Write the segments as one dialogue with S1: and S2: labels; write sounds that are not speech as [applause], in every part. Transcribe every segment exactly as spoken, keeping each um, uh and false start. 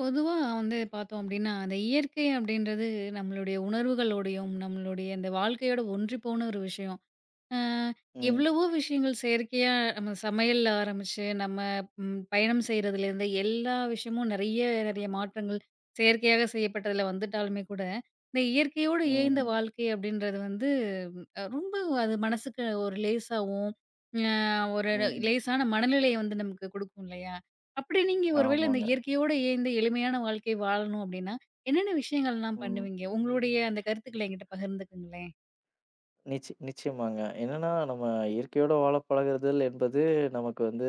S1: பொதுவா வந்து பார்த்தோம் அப்டின்னா, அந்த இயற்கை அப்டின்றது நம்மளுடைய உணர்வுகளோடையும், நம்மளுடைய இந்த வாழ்க்கையோட ஒன்றி போன ஒரு விஷயம். அ
S2: ம்,
S1: எவ்வளவோ விஷயங்கள் செயற்கையா நம்ம சமையல்ல ஆரம்பிச்சு, நம்ம ம் பயணம் செய்றதுலேருந்து எல்லா விஷயமும் நெறைய நெறைய மாற்றங்கள் செயற்கையாக செய்யப்பட்டதுல வந்துட்டாலுமே கூட, இந்த இயற்கையோடு இயைந்த
S2: ம்,
S1: வாழ்க்கை அப்படின்றது வந்து அ ரொம்ப அது மனசுக்கு ஒரு லேசாவும், அ ஒரு
S2: ம்.
S1: லேசான மனநிலைய வந்து நமக்கு குடுக்கும் இல்லையா? அப்படி நீங்க ஒருவேள இந்த
S2: ஆமாங்க.
S1: இயற்கையோடு இயைந்த எளிமையான வாழ்க்கை வாழணும் அப்படின்னா, என்னென்ன விஷயங்கள்லாம்
S2: ம்.
S1: பண்ணுவீங்க? உங்களுடைய அந்த கருத்துக்கள என்கிட்ட பகிர்ந்துக்கங்களேன்.
S2: நிச்ச நிச்சயமாங்க. என்னன்னா நம்ம இயற்கையோட வாழ பழகுறதல் என்பது நமக்கு வந்து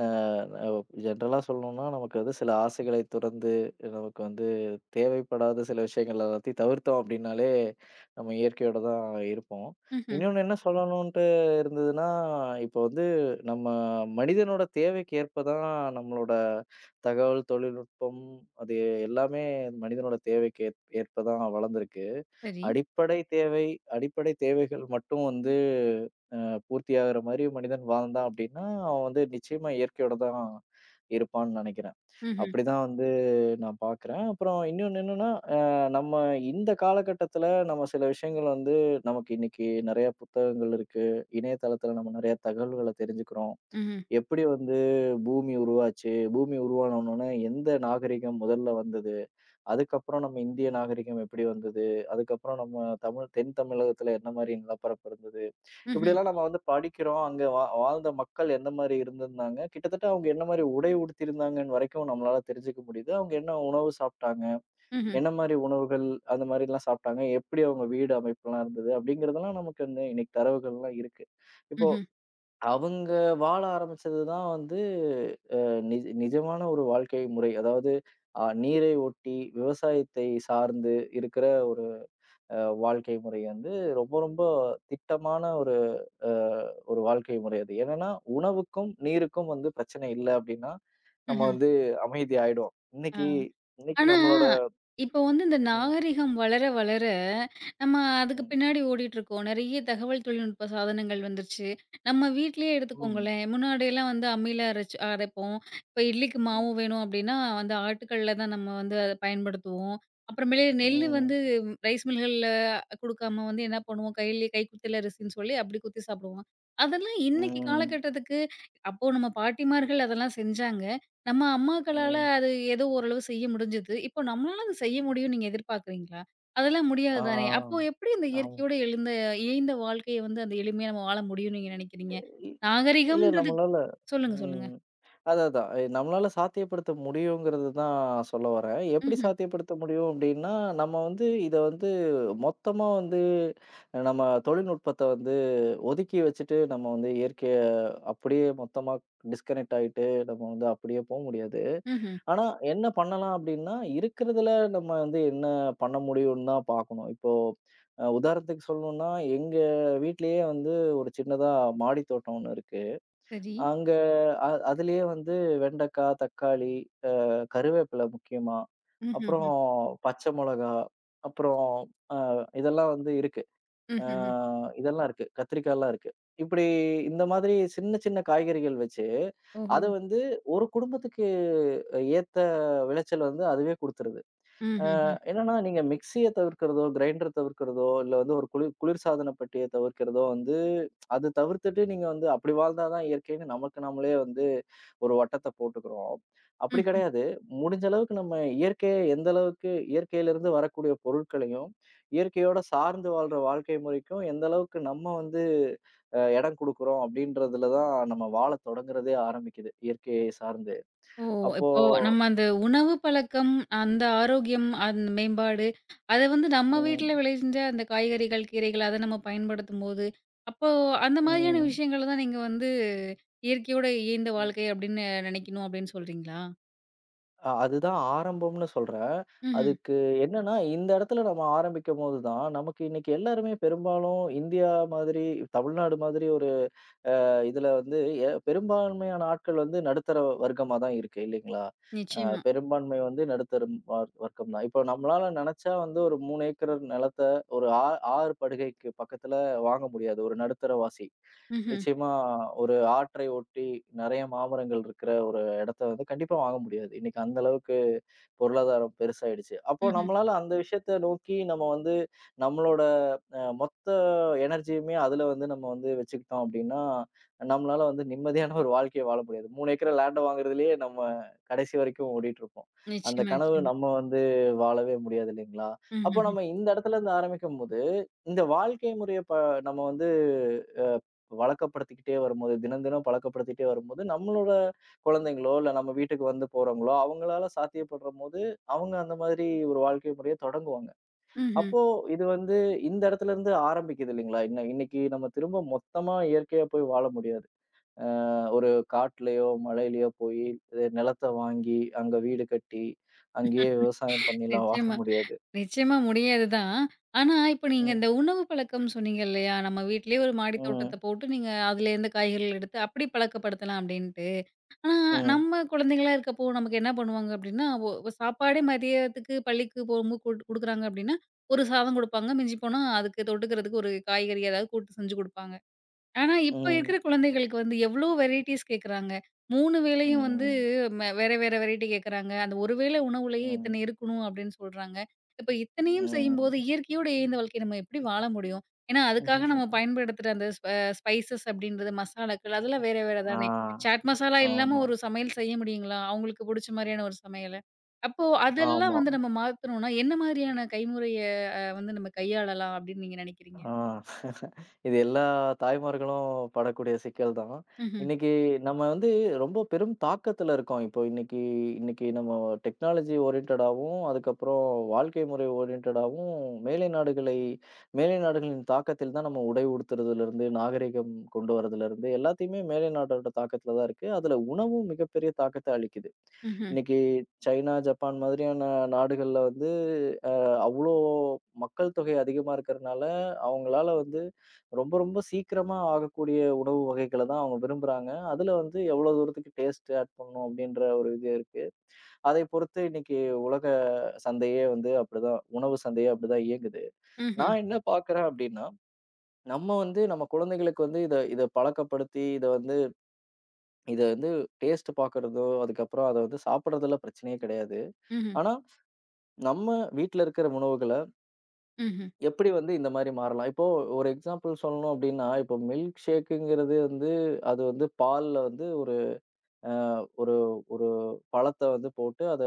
S2: அ ஜென்ரலா சொல்லணும்னா, நமக்கு வந்து சில ஆசைகளை துறந்து, நமக்கு வந்து தேவைப்படாத சில விஷயங்கள் எல்லாத்தையும் தவிர்த்தோம் அப்படின்னாலே, நம்ம இயற்கையோட தான் இருப்போம்.
S1: ம்ஹ்ம்.
S2: இன்னொன்னு என்ன சொல்லணுன்ட்டு இருந்ததுன்னா, இப்போ வந்து நம்ம மனிதனோட தேவைக்கு ஏற்ப தான் நம்மளோட தகவல் தொழில்நுட்பம், அது எல்லாமே மனிதனோட தேவைக்கு ஏற் ஏற்ப தான் வளர்ந்திருக்கு.
S1: சரி.
S2: அடிப்படை தேவை, அடிப்படை தேவைகள் மட்டும் வந்து பூர்த்தியாகுற மாரி மனிதன் வாழ்ந்தான் அப்டின்னா, அவன் வந்து நிச்சயமா இயற்கையோட தான் இருப்பான்னு நெனைக்கிறேன்.
S1: ம்ஹ்ம்.
S2: அப்படிதான் வந்து நான் பார்க்குறேன். அப்புறம் இன்னொன்னு என்னன்னா, அ நம்ம இந்த காலகட்டத்தில நம்ம சில விஷயங்கள் வந்து நமக்கு இன்னைக்கு நெறைய புத்தகங்கள் இருக்கு. இணையதளத்தில நம்ம நெறைய தகவல்கள தெரிஞ்சுக்கிறோம்.
S1: ம்ஹ்ம்.
S2: எப்படி வந்து பூமி உருவாச்சு? பூமி உருவான உடனே எந்த நாகரிகம் முதல்ல வந்தது? அதுக்கப்புறம் நம்ம இந்திய நாகரிகம் எப்படி வந்தது? அதுக்கப்புறம் நம்ம தமிழ் தென் தமிழகத்துல என்ன மாரி நிலப்பரப்பு இருந்தது?
S1: ம்ஹ்ம்.
S2: இப்படியெல்லாம் நம்ம வந்து படிக்கிறோம். அங்க வா வாழ்ந்த மக்கள் எந்த மாரி இருந்திருந்தாங்க? கிட்டத்தட்ட அவங்க என்ன மாரி உடை உடுத்தியிருந்தாங்கன்னு வரைக்கும் நம்மளால தெரிஞ்சுக்க முடியுது. அவங்க என்ன உணவு சாப்பிட்டாங்க?
S1: ம்ஹ்ம்.
S2: என்ன மாரி உணவுகள் அந்த மாரிலாம் சாப்பிட்டாங்க? எப்படி அவங்க வீடு அமைப்புலாம் இருந்தது? அப்படிங்கிறதெல்லாம் நமக்கு வந்து இன்னைக்கு தரவுகள்லாம் இருக்கு. இப்போ
S1: ம்ஹ்ம்.
S2: அவங்க வாழ ஆரம்பிச்சது தான் வந்து நிஜ நிஜமான ஒரு வாழ்க்கை முறை. அதாவது அ நீரை ஒட்டி விவசாயத்தை சார்ந்து இருக்கிற ஒரு அ வாழ்க்கை முறை வந்து ரொம்ப ரொம்ப திட்டமான ஒரு அ ஒரு வாழ்க்கை முறை அது. என்னன்னா, உணவுக்கும், நீருக்கும் வந்து பிரச்சனை இல்ல அப்டின்னா, நம்ம
S1: ம்ஹ்ம்.
S2: வந்து அமைதி ஆயிடுவோம்.
S1: ஆ.
S2: இன்னைக்கு இன்னைக்கு
S1: ஆனா,
S2: நம்மளோட
S1: இப்போ வந்து இந்த
S2: ம்,
S1: நாகரிகம் வளர வளர, நம்ம அதுக்கு
S2: ம்,
S1: பின்னாடி ஓடிட்டுருக்கோம். நெறைய தகவல் தொழில்நுட்ப சாதனங்கள் வந்துருச்சு. நம்ம வீட்லயே
S2: ம்,
S1: எடுத்துக்கோங்களேன், முன்னாடியெல்லாம் வந்து அம்மில அரைச்சு அரைப்போம். இப்போ இட்லிக்கு மாவு
S2: ம்,
S1: வேணும் அப்டின்னா, வந்து ஆட்டுக்கல்ல தான் நம்ம வந்து அத பயன்படுத்துவோம். அப்புறமேலு நெல்லு வந்து
S2: ம்,
S1: ரைஸ் மில்கள்ல குடுக்காம வந்து என்ன பண்ணுவோம், கையிலயே கைக்குத்தல் அரிசின்னு சொல்லி அப்டி குத்தி சாப்பிடுவோம். அதெல்லாம் இன்னைக்கு
S2: ம்,
S1: காலகட்டத்துக்கு அப்போ நம்ம பாட்டிமார்கள் அதெல்லாம் செஞ்சாங்க. நம்ம அம்மாக்களால
S2: ம்.
S1: அது ஏதோ ஓரளவு செய்ய முடிஞ்சது. இப்போ நம்மளால அது செய்ய முடியும்னு நீங்க எதிர்பார்க்குறீங்களா? அதெல்லாம் முடியாது
S2: ஆ,
S1: தானே! அப்போ எப்படி அந்த
S2: ஆமா.
S1: இயற்கையோட எழுந்த இயைந்த வாழ்க்கைய வந்து அந்த எளிமையா நம்ம வாழ முடியும்னு நீங்க நினைக்கிறீங்க?
S2: இ இல்ல
S1: நாகரிகம்ன்றது
S2: நம்மளால
S1: சொல்லுங்க, சொல்லுங்க.
S2: ம். அதான், அதான். எ நம்மளால சாத்தியப்படுத்த முடியுங்கிறது தான் சொல்ல வரேன். எப்படி
S1: ம்ஹ்ம்,
S2: சாத்தியப்படுத்த முடியும் அப்படின்னா, நம்ம வந்து இத வந்து மொத்தமா வந்து நம்ம தொழில்நுட்பத்த வந்து ஒதுக்கி வச்சுட்டு, நம்ம வந்து இயற்கைய அப்படியே மொத்தமா டிஸ்கனெக்ட் ஆயிட்டு, நம்ம வந்து அப்படியே போ முடியாது.
S1: ம்ஹ்ம்.
S2: ஆனா என்ன பண்ணலாம் அப்படின்னா, இருக்கிறதுல நம்ம வந்து என்ன பண்ண முடியும்னு தான் பார்க்கணும். இப்போ அ உதாரணத்துக்கு சொல்லணும்னா, எங்க வீட்லயே வந்து ஒரு சின்னதா மாடி தோட்டம் ஒண்ணு இருக்கு.
S1: சரி.
S2: அங்க அ அதிலேயே வந்து வெண்டைக்காய், தக்காளி, அ கருவேப்பிலை முக்கியமா,
S1: ம்ஹ்ஹ்ம்,
S2: அப்புறம் பச்சை மொளகா, அப்புறம் அ இதெல்லாம் வந்து இருக்கு. அ
S1: ம்ஹ்ஹ்ம்.
S2: இதெல்லாம் இருக்கு. கத்திரிக்காய்லாம் இருக்கு. இப்படி இந்த மாதிரி சின்ன சின்ன காய்கறிகள் வச்சு,
S1: ஓஹோ!
S2: அது வந்து ஒரு குடும்பத்துக்கு ஏத்த விளைச்சல் வந்து அதுவே குடுத்துருது.
S1: ம்ஹ்ஹ்ம்,
S2: என்னன்னா, நீங்க மிக்ஸிய தவிர்க்கிறதோ, கிரைண்டர் தவிர்க்கிறதோ, இல்ல வந்து ஒரு குளிர் குளிர்சாதன பெட்டிய தவிர்க்கிறதோ வந்து, அது தவிர்த்துட்டு நீங்க வந்து அப்படி வாழ்ந்தா தான் இயற்கைன்னு நமக்கு நாமளே வந்து ஒரு வட்டத்த போட்டுக்கிறோம். அப்படி
S1: ம்.
S2: கிடையாது. முடிஞ்ச அளவுக்கு நம்ம இயற்கைய எந்த அளவுக்கு இயற்கையிலிருந்து வரக்கூடிய பொருட்களையும், இயற்கையோட சார்ந்து வாழ்ற வாழ்க்கை முறைக்கும் எந்த அளவுக்கு நம்ம வந்து அ இடம் குடுக்குறோம் அப்படின்றதுல தான் நம்ம வாழத் தொடங்குறதே ஆரம்பிக்குது, இயற்கையை சார்ந்து.
S1: ஓ!
S2: அப்போ
S1: இப்போ நம்ம அந்த உணவு பழக்கம், அந்த ஆரோக்கியம், அந்த மேம்பாடு, அத வந்து நம்ம வீட்ல
S2: ம்,
S1: விளைஞ்ச அந்த காய்கறிகள், கீரைகள் அத நம்ம பயன்படுத்தும்போது, அப்போ அந்த மாதிரியான
S2: ம்,
S1: விஷயங்கள தான் நீங்க வந்து இயற்கையோட இயைந்த
S2: ம்.
S1: வாழ்க்கை அப்படின்னு நினைக்கணும் அப்படின்னு சொல்றீங்களா?
S2: அ அதுதான் ஆரம்பம்னு சொல்றேன்.
S1: ம்ஹ்ம்.
S2: அதுக்கு என்னன்னா, இந்த இடத்துல நம்ம ஆரம்பிக்கும்போது தான், நமக்கு இன்னைக்கு எல்லாருமே பெரும்பாலும் இந்தியா மாதிரி, தமிழ்நாடு மாதிரி இதுல வந்து எ பெரும்பான்மையான ஆட்கள் வந்து நடுத்தர வர்க்கமா தான் இருக்கு இல்லைங்களா? அ
S1: நிச்சயமா.
S2: பெரும்பான்மை வந்து நடுத்தரம் வர் வர்க்கம் தான். இப்போ நம்மளால நெனச்சா வந்து ஒரு மூன்று ஏக்கர் நிலத்த ஒரு ஆ ஆறு படுகைக்கு பக்கத்துல வாங்க முடியாது. ஒரு நடுத்தரவாசி.
S1: ம்ஹ்ம்.
S2: நிச்சயமா ஒரு ஆற்றை ஒட்டி நெறைய மாமரங்கள் இருக்கிற ஒரு இடத்த வந்து கண்டிப்பா வாங்க முடியாது. இன்னைக்கு அந்த அளவுக்கு பொருளாதாரம் பெருசாயிடுச்சு. அப்போ
S1: ம்ஹ்ம்.
S2: நம்மளால அந்த விஷயத்த நோக்கி நம்ம வந்து நம்மளோட அ மொத்த எனர்ஜியுமே அதுல வந்து நம்ம வந்து வச்சுக்கிட்டோம் அப்டின்னா நம்மளால வந்து நிம்மதியான ஒரு வாழ்க்கைய வாழ முடியாது. மூன்று ஏக்கர் லேண்ட வாங்குறதுலயே நம்ம கடைசி வரைக்கும் ஓடிட்டுருப்போம். அந்த
S1: நிச்சயமா,
S2: கனவு
S1: நிச்சயமா.
S2: நம்ம வந்து வாழவே முடியாது இல்லைங்களா? அப்போ
S1: ம்ஹ்ஹ்ம்.
S2: நம்ம இந்த இடத்துலருந்து ஆரம்பிக்கும்போது, இந்த வாழ்க்கை முறைய ப நம்ம வந்து அ வழக்கப்படுத்திக்கிட்டே வரும்போது, தினம் தினம் பழக்கப்படுத்திட்டே வரும்போது, நம்மளோட குழந்தைங்களோ, இல்ல நம்ம வீட்டுக்கு வந்து போறவங்களோ, அவங்களால சாத்தியப்படும்போது, அவங்க அந்த மாதிரி ஒரு வாழ்க்கை முறைய தொடங்குவாங்க.
S1: ம்ஹ்ம்.
S2: அப்போ இது வந்து இந்த இடத்துலருந்து ஆரம்பிக்குது இல்லைங்களா? இன்ன இன்னைக்கு நம்ம திரும்ப மொத்தமா இயற்கையா போய் வாழ முடியாது. அஹ் ஒரு காட்டுலயோ, மலையிலயோ போயி இது நிலத்த வாங்கி, அங்க வீடு கட்டி, அங்கேயே விவசாயம் பண்ணிலாம் வாழ
S1: நிச்சயமா.
S2: முடியாது.
S1: நிச்சயமா முடியாது தான். ஆனா, இப்ப நீங்க
S2: ம்,
S1: இந்த உணவு பழக்கம் சொன்னீங்க இல்லையா? நம்ம வீட்லயே ஒரு மாடி
S2: ம்,
S1: தோட்டத்த போட்டு, நீங்க அதுலேருந்து காய்கறிகள் எடுத்து அப்படி பழக்கப்படுத்தலாம் அப்படின்ட்டு. ஆனா,
S2: ம்,
S1: நம்ம குழந்தைங்களா இருக்கப்போ நமக்கு என்ன பண்ணுவாங்க அப்டின்னா, ஒ ஒ- சாப்பாடே மதியத்துக்கு பள்ளிக்கு போகும்போது குடுக்குறாங்க அப்டின்னா, ஒரு சாதம் குடுப்பாங்க. மிஞ்சி போனா அதுக்கு தொட்டுக்கிறதுக்கு ஒரு காய்கறி ஏதாவது கூட்டு செஞ்சு குடுப்பாங்க. ஆனா, இப்ப
S2: ம்,
S1: இருக்கிற குழந்தைகளுக்கு வந்து எவ்ளோ வெரைட்டீஸ் கேட்குறாங்க. மூணு வேளையும் வந்து
S2: ம்,
S1: ம வேற, வேற வெரைட்டி கேட்குறாங்க. அந்த ஒரு வேளை உணவுலயே
S2: ம்,
S1: இத்தனை இருக்கணும் அப்டின்னு சொல்றாங்க. இப்ப இத்தனையும்
S2: ம்.
S1: செய்யும்போது இயற்கையோடு இயைந்த வாழ்க்கைய நம்ம எப்டி வாழ முடியும்? ஏன்னா, அதுக்காக நம்ம
S2: ம்.
S1: பயன்படுத்துற அந்த ஸ்ப ஸ்பைசஸ் அப்டின்றது மசாலாக்கள் அதெல்லாம் வேற, வேற
S2: ஆ,
S1: தானே. சாட் மசாலா இல்லாம
S2: ஆமா,
S1: ஒரு சமையல் செய்ய முடியுங்களா? அவங்களுக்கு புடிச்ச மாரியான ஒரு சமையல. அப்போ அதெல்லாம்
S2: ஆமா.
S1: வந்து நம்ம மாத்தணும்னா, என்ன மாதிரியான கைமுறைய வந்து நம்ம கையாளலாம் அப்டின்னு நீங்க நெனைக்கிறீங்க?
S2: ஆ. இது எல்லா தாய்மார்களும் படக்கூடிய சிக்கல் தான்.
S1: ம்ஹ்ம்.
S2: இன்னைக்கு நம்ம வந்து ரொம்ப பெரும் தாக்கத்துல இருக்கோம். இப்போ இன்னைக்கு இன்னைக்கு நம்ம டெக்னாலஜி ஓரியன்டடாவும், அதுக்கப்புறம் வாழ்க்கை முறை ஓரியன்டடாவும் மேலை நாடுகளை மேலை நாடுகளின் தாக்கத்தில் தான் நம்ம உடை உடுத்துறதுலருந்து, நாகரிகம் கொண்டு வரதுலருந்து எல்லாத்தையுமே மேலை நாட்டோட தாக்கத்துல தான் இருக்கு. அதுல உணவும் மிகப்பெரிய தாக்கத்த அளிக்குது.
S1: ம்ஹ்ம்.
S2: இன்னைக்கு சைனா, ஜப்பான் மாதிரியான நாடுகள்ல வந்து அ அவ்ளோ மக்கள் தொகை அதிகமா இருக்கறனால, அவங்களால வந்து ரொம்ப, ரொம்ப சீக்கிரமா ஆகக்கூடிய உணவு வகைகள தான் அவங்க விரும்புறாங்க. அதுல வந்து எவ்வளவு தூரத்துக்கு டேஸ்ட் ஆட் பண்ணணும் அப்படின்ற ஒரு இது இருக்கு. அதைப் பொறுத்து இன்னைக்கு உலக சந்தையே வந்து அப்படிதான் உணவு சந்தையே அப்படிதான் இயங்குது.
S1: ம்ஹ்ம்.
S2: நான் என்ன பார்க்கிறேன் அப்படின்னா, நம்ம வந்து நம்ம குழந்தைகளுக்கு வந்து இத இத பழக்கப்படுத்தி, இத வந்து இத வந்து டேஸ்ட் பார்க்கிறதோ, அதுக்கப்புறம் அத வந்து சாப்பிடுறதுல பிரச்சனையே கிடையாது.
S1: ம்ஹ்ம்.
S2: ஆனா, நம்ம வீட்ல இருக்கிற உணவுகள
S1: ம்ஹ்ம்.
S2: எப்படி வந்து இந்த மாரி மாறலாம்? இப்போ ஒரு எக்ஸாம்பிள் சொல்லணும் அப்டின்னா, இப்போ மில்க் ஷேக்குங்கிறது வந்து அது வந்து பால்ல வந்து ஒரு அ ஒரு ஒரு பழத்த வந்து போட்டு அத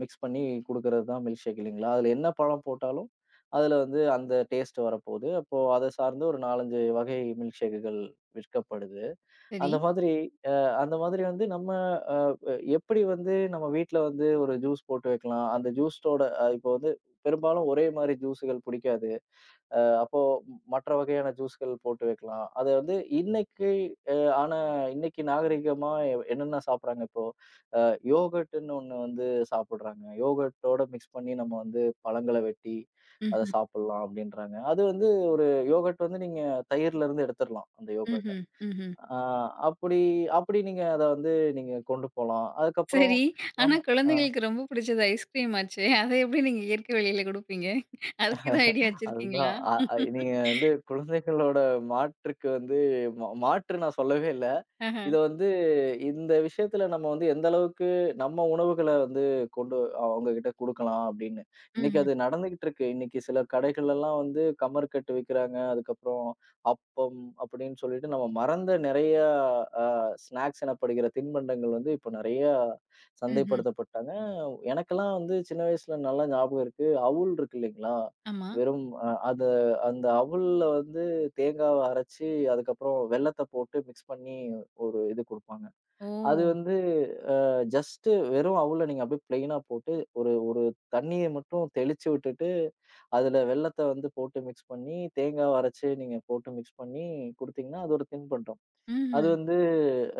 S2: மிக்ஸ் பண்ணி குடுக்குறது தான் மில்க் ஷேக் இல்லைங்களா? அதுல என்ன பழம் போட்டாலும், அதுல வந்து அந்த டேஸ்ட் வரப்போது. அப்போ அத சார்ந்து ஒரு நான்கு, அஞ்சு வகை மில்க் ஷேக்குகள் விற்கப்படுது.
S1: சரி.
S2: அந்த மாதிரி அ அந்த மாதிரி வந்து நம்ம அ எ எப்படி வந்து நம்ம வீட்ல வந்து ஒரு ஜூஸ் போட்டு வைக்கலாம்? அந்த ஜூஸோட அ இப்போ வந்து பெரும்பாலும் ஒரே மாரி ஜூஸுகள் பிடிக்காது. அ அப்போ மற்ற வகையான ஜூஸ்கள் போட்டு வைக்கலாம். அத வந்து இன்னைக்கு அ ஆனா இன்னைக்கு நாகரீகமா என்னென்ன சாப்பிடுறாங்க இப்போ, அ யோகர்ட்ன்னு ஒண்ணு வந்து சாப்பிடுறாங்க. யோகர்ட்டோட மிக்ஸ் பண்ணி நம்ம வந்து பழங்கள வெட்டி அத
S1: ம்ஹ்ம்,
S2: சாப்பிடலாம் அப்படின்றாங்க. அது வந்து ஒரு யோகர்ட் வந்து நீங்க தயிர்ல இருந்து எடுத்துரலாம், அந்த யோகர்ட்ட.
S1: ம்ஹ்ம், ம்ஹ்ம்.
S2: ஆ அப்படி அப்படி நீங்க அத வந்து நீங்க கொண்டு போலாம். அதுக்கப்புறம்
S1: சரி. ஆனா
S2: நம்ம ஆ
S1: குழந்தைகளுக்கு ரொம்ப பிடிச்சது ஐஸ்கிரீம் ஆச்சே! அத எப்படி நீங்க இயற்கை வழியில குடுப்பீங்க? அதுக்கு ஏதும் ஐடியா வச்சிருக்கீங்களா?
S2: அதுதான். அ அ நீங்க வந்து குழந்தைகளோட மாற்றுக்கு வந்து மா மாற்று நான் சொல்லவே இல்ல.
S1: ஆஹ.
S2: இத வந்து இந்த விஷயத்துல நம்ம வந்து எந்த அளவுக்கு நம்ம உணவுகள வந்து கொண்டு அவங்க கிட்ட குடுக்கலாம் அப்படின்னு. இன்னைக்கு அது
S1: ம்ஹ்ம்,
S2: நடந்துகிட்டு இருக்கு. இன்னைக்கு சில கடைகள்லாம் வந்து கமர் கட்டு விக்கிறாங்க. அதுக்கப்புறம் அப்பம் அப்படின்னு சொல்லிட்டு நம்ம மறந்த நிறைய அ ஸ்நாக்ஸ் எனப்படுகிற தின்பண்டங்கள் வந்து இப்ப நிறைய
S1: ம்ஹ்ம்.
S2: சந்தைப்படுத்தப்பட்டாங்க. எனக்கெல்லாம் வந்து சின்ன வயசுல நல்லா ஞாபகம் இருக்கு. அவுல் இருக்கு இல்லைங்களா?
S1: ஆமா.
S2: வெறும் அ அத அந்த அவுல்ல வந்து தேங்காவ அரைச்சு அதுக்கப்புறம் வெல்லத்த போட்டு மிக்ஸ் பண்ணி ஒரு இது குடுப்பாங்க.
S1: ஓ!
S2: அது வந்து ஜஸ்ட்டு வெறும் அவுல நீங்க அப்படியே பிளெயினா போட்டு, ஒரு ஒரு தண்ணீய மட்டும் தெளிச்சு விட்டுட்டு, அதுல வெல்லத்த வந்து போட்டு மிக்ஸ் பண்ணி, தேங்காவ அரைச்சு நீங்க போட்டு மிக்ஸ் பண்ணி குடுத்தீங்கன்னா, அது ஒரு தின்பண்டம். அது
S1: ம்ஹ்ம்.
S2: வந்து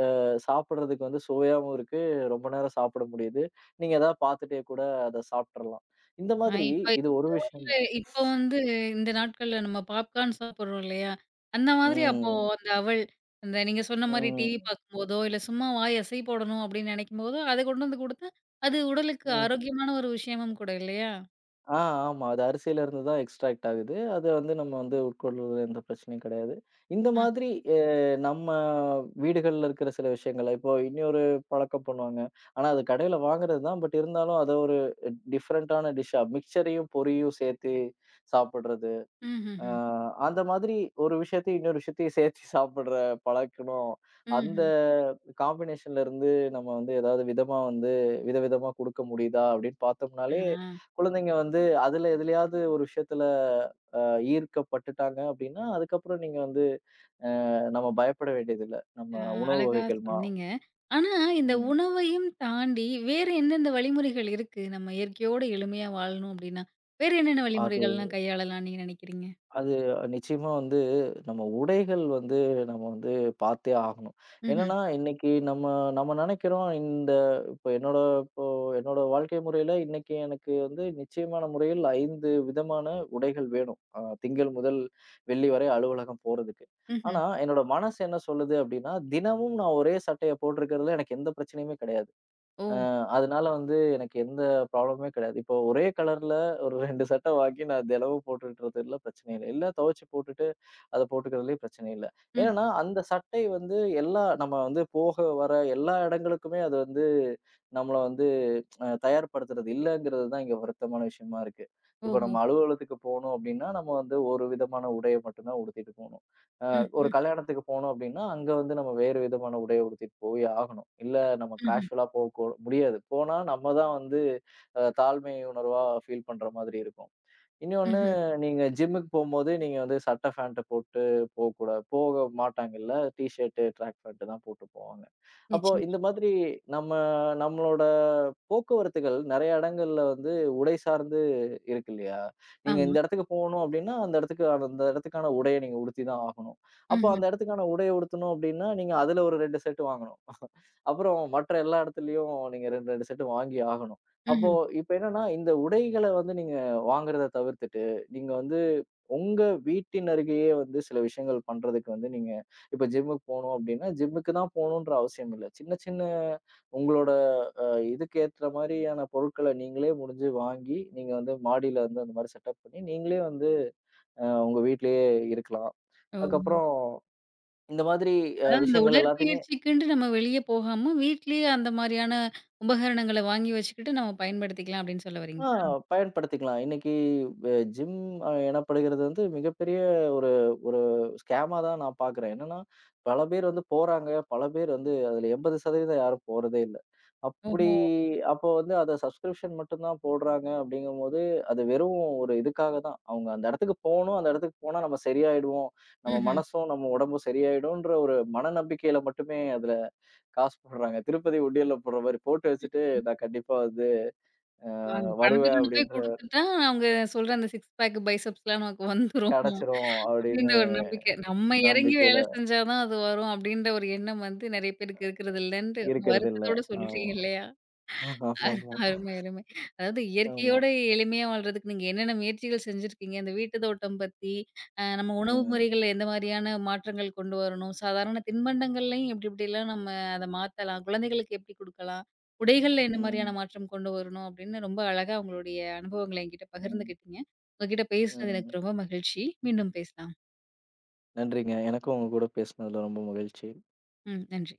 S2: அ சாப்பிடுறதுக்கு வந்து சுவையாவும் இருக்கு. ரொம்ப நேரம் சாப்பிட முடியுது. நீங்க ஏதாவது பார்த்துட்டே கூட அத சாப்ட்றலாம். இந்த
S1: ஆ
S2: மாதிரி
S1: இப்ப
S2: இது ஒரு
S1: இந்த
S2: விஷயம்
S1: ஊர்ல
S2: தான்.
S1: இப்ப வந்து இந்த நாட்கள்ல நம்ம பாப்கார்ன் சாப்பிடுறோம் இல்லையா? அந்த மாதிரி அப்போ
S2: ம்.
S1: அந்த அவல், அந்த நீங்க சொன்ன மாரி டிவி
S2: ம்.
S1: பார்க்கும்போதோ, இல்ல சும்மா வாய் அசை போடணும் அப்படின்னு நினைக்கும்போதோ, அத கொண்டு வந்து குடுத்தா, அது உடலுக்கு
S2: ம்.
S1: ஆரோக்கியமான ஒரு விஷயமும் கூட இல்லையா?
S2: ஆ, ஆமா. அது அரிசியில இருந்து தான் எக்ஸ்ட்ராக்ட் ஆகுது. அது வந்து நம்ம வந்து உட்கொள்றதுல எந்த பிரச்சனையும் கிடையாது. இந்த
S1: ஆ.
S2: மாதிரி அ நம்ம வீடுகள்ல இருக்கிற சில விஷயங்கள், இப்போ இன்னொரு பழக்கம் பண்ணுவாங்க. ஆனா அது கடையில வாங்குறது தான். பட் இருந்தாலும் அத ஒரு டிஃபரண்டான டிஷ்ஷா மிக்ஸ்சரையும் பொரியும் சேர்த்து சாப்பிடுறது. அ
S1: ம்ஹ்ஹ்ம்.
S2: அந்த மாதிரி ஒரு விஷயத்தையும், இன்னொரு விஷயத்தையும் சேர்த்து [laughs] சாப்பிடுற பழக்கணும். அந்த
S1: ம்ஹ்ம்.
S2: காம்பினேஷன்ல இருந்து நம்ம வந்து ஏதாவது விதமா வந்து விதவிதமா குடுக்க முடியுதா அப்படின்னு
S1: ஆ,
S2: பார்த்தோம்னாலே, குழந்தைங்க வந்து அதுல எதுலயாவது ஒரு விஷயத்துல அ ஈர்க்கப்பட்டுட்டாங்க அப்படின்னா, அதுக்கப்புறம் நீங்க வந்து நம்ம பயப்பட வேண்டியதில்ல. நம்ம
S1: ஆ
S2: உணவு
S1: அழகா
S2: வகைகள் மா
S1: சொன்னீங்க. ஆனா, இந்த
S2: ம்.
S1: உணவையும் தாண்டி வேற எந்தெந்த வழிமுறைகள் இருக்கு? நம்ம இயற்கையோட எளிமையா வாழணும் அப்டின்னா, வேற என்னென்ன
S2: அது
S1: வழிமுறைகள்லாம் கையாளலாம்னு நீங்க நினைக்கிறீங்க?
S2: அது நிச்சயமா வந்து நம்ம உடைகள் வந்து நம்ம வந்து பார்த்தே ஆகணும்.
S1: ம்ஹ்ம்,
S2: என்னன்னா, இன்னைக்கு நம்ம நம்ம நெனைக்கிறோம் இந்த இப்ப என்னோட இப்போ என்னோட வாழ்க்கை முறையில இன்னைக்கு எனக்கு வந்து நிச்சயமான முறையில் ஐந்து விதமான உடைகள் வேணும். அ திங்கள் முதல் வெள்ளி வரை அலுவலகம் போறதுக்கு.
S1: ம்ஹ்ம்.
S2: ஆனா, என்னோட மனசு என்ன சொல்லுது அப்டின்னா, தினமும் நான் ஒரே சட்டைய போட்டிருக்கிறதுல எனக்கு எந்த பிரச்சனையுமே கிடையாது.
S1: ஓ!
S2: அதனால வந்து எனக்கு எந்த ப்ராப்ளமுமே கிடையாது. இப்போ ஒரே கலர்ல ஒரு ரெண்டு சட்ட வாங்கி நான் தினமும் போட்டுட்றதுல பிரச்சனை இல்ல. இல்ல துவைச்சு போட்டுட்டு அத போட்டுக்கிறதுலயும் பிரச்சனை இல்ல.
S1: ம்.
S2: ஏன்னா அந்த சட்டை வந்து எல்லா நம்ம வந்து போக, வர எல்லா இடங்களுக்குமே அது வந்து நம்மள வந்து அ தயார்படுத்துறது இல்லங்கிறது தான் இங்க வருத்தமான விஷயமா இருக்கு. இப்ப
S1: ஓஹோ!
S2: நம்ம அலுவலகத்துக்கு போனோம் அப்படின்னா, நம்ம வந்து ஒரு விதமான உடைய மட்டும் தான் உடுத்திட்டு போணும். அ ஒரு
S1: ம்ஹ்ம்,
S2: கல்யாணத்துக்கு போனோம் அப்படின்னா, அங்க வந்து நம்ம வேறு விதமான உடைய உடுத்திட்டு போய் ஆகணும். இல்ல நம்ம
S1: ம்ஹ்ம்,
S2: கேஷுவலா போக கூ முடியாது. போனா நம்ம தான் வந்து அ தாழ்மை உணர்வா ஃபீல் பண்ற மாதிரி இருக்கும். இன்னொன்னு
S1: ம்ஹ்ம்.
S2: நீங்க ஜிம்முக்கு போம்போது, நீங்க வந்து சட்ட, ஃபேண்ட்ட போட்டு போக்கூடா போக மாட்டாங்கல்ல. டீ ஷர்ட்டு, ட்ராக் பேண்ட் தான் போட்டு போவாங்க. அப்போ
S1: நிச்சயமா.
S2: இந்த மாதிரி நம்ம நம்மளோட போக்குவரத்துகள் நெறைய இடங்கள்ல வந்து உடை சார்ந்து இருக்கு இல்லையா? நீங்க
S1: ஆமா.
S2: இந்த இடத்துக்கு போணும் அப்டின்னா, அந்த இடத்துக்கு அந்த இடத்துக்கான உடைய நீங்க உடுத்தி தான் ஆகணும். அப்போ
S1: ம்ஹ்ம்,
S2: அந்த இடத்துக்கான உடைய உடுத்தணும் அப்டின்னா, நீங்க அதுல ஒரு ரெண்டு செட் வாங்கணும். அப்புறம் மற்ற எல்லா இடத்துலயும் நீங்க ரெண்டு, ரெண்டு செட் வாங்கி ஆகணும். அப்போ
S1: ம்ஹ்ம்.
S2: இப்ப என்னன்னா, இந்த உடைகள வந்து நீங்க வாங்குறத தவிர்த்துட்டு, நீங்க வந்து உங்க வீட்டின் அருகேயே வந்து சில விஷயங்கள் பண்றதுக்கு வந்து நீங்க இப்ப ஜிம்முக்கு போணும் அப்டின்னா, ஜிம்முக்கு தான் போணுன்ற அவசியம் இல்ல. சின்ன சின்ன உங்களோட அ இதுக்கு ஏற்ற மாரியான பொருட்கள நீங்களே முடிஞ்சு வாங்கி, நீங்க வந்து மாடியில வந்து அந்த மாரி செட்டப் பண்ணி, நீங்களே வந்து அ உங்க வீட்லயே இருக்கலாம்.
S1: ஓஹோ!
S2: அதுக்கப்புறம் இந்த மாதிரி அ
S1: அதாவது இந்த
S2: விஷயங்கள் எல்லாத்தையுமே
S1: உடற்பயிற்சிக்குன்ட்டு நம்ம வெளிய போகாம, வீட்லயே அந்த மாரியான உபகரணங்கள வாங்கி வச்சுக்கிட்டு நம்ம பயன்படுத்திக்கலாம் அப்டின்னு சொல்ல
S2: ஆ
S1: வரீங்களா?
S2: பயன்படுத்திக்கலாம். இன்னைக்கு அ ஜிம் அ எனப்படுகிறது வந்து மிகப்பெரிய ஒரு ஒரு ஸ்கேமா தான் நான் பார்க்குறேன். என்னன்னா, பல பேர் வந்து போறாங்க. பல பேர் வந்து அதுல எண்பது சதவீதம் யாரும் போறதே இல்ல. அப்படி
S1: ஓஹோ!
S2: அப்போ வந்து அத சப்ஸ்கிரிப்ஷன் மட்டும் தான் போடுறாங்க அப்படிங்கும்போது, அது வெறும் ஒரு இதுக்காக தான். அவங்க அந்த இடத்துக்கு போணும். அந்த இடத்துக்கு போனா நம்ம சரியாயிடுவோம். நம்ம
S1: ம்ஹ்ம்.
S2: மனசும், நம்ம உடம்பும் சரியாயிடும்ன்ற ஒரு மனநம்பிக்கையில மட்டுமே அதுல காசு போடுறாங்க. திருப்பதி உண்டியல்ல போடுற மாரி போட்டு வச்சுட்டு, நான் கண்டிப்பா வந்து
S1: அந்த பணத்த
S2: வருவேன்
S1: கொண்டு போய்
S2: அப்படின்ற
S1: குடுத்துட்டா, அவங்க சொல்ற அந்த சிக்ஸ் பேக் பைசெப்ஸ்லாம் நமக்கு வந்துரும்.
S2: கிடைச்சிரும்
S1: அப்டின்ற
S2: அப்படின்னு
S1: ஒரு நம்பிக்கை. நம்ம எறங்கி
S2: நம்பிக்கையில
S1: வேலை செஞ்சா தான் அது வரும். அப்டின்ற ஒரு எண்ணம் வந்து நெறைய பேருக்கு இருக்கிறது இல்லன்ட்டு ரொம்ப
S2: இருக்கறதில்ல.
S1: வருத்தத்தோட
S2: ஆமா.
S1: சொல்றீங்க இல்லையா? அரு
S2: ஆமாமா.
S1: அருமை, அருமை. அதாவது
S2: ஆமா.
S1: இயற்கையோட எளிமையா வாழ்றதுக்கு நீங்க என்னென்ன முயற்சிகள் செஞ்சிருக்கீங்க? இந்த வீட்டு தோட்டம் பத்தி, அ நம்ம உணவு
S2: ம்.
S1: முறைகள்ல எந்த மாரியான மாற்றங்கள் கொண்டு வரணும்? சாதாரண தின்பண்டங்கள்லயும் எப்டி எப்டிலாம் நம்ம அத மாத்தலாம்? குழந்தைகளுக்கு எப்டி குடுக்கலாம்? உடைகள்ல என்ன மாரியான
S2: ம்.
S1: மாற்றம் கொண்டு வரணும்? அப்டின்னு ரொம்ப அழகா உங்களுடைய அனுபவங்கள என்கிட்ட
S2: ம்.
S1: பகிர்ந்துக்கிட்டீங்க. உங்ககிட்ட பேசுனது
S2: ம்.
S1: எனக்கு ரொம்ப மகிழ்ச்சி. மீண்டும் பேசலாம்.
S2: நன்றிங்க. எனக்கும் உங்க கூட பேசினதுல ரொம்ப மகிழ்ச்சி.
S1: ம். நன்றி.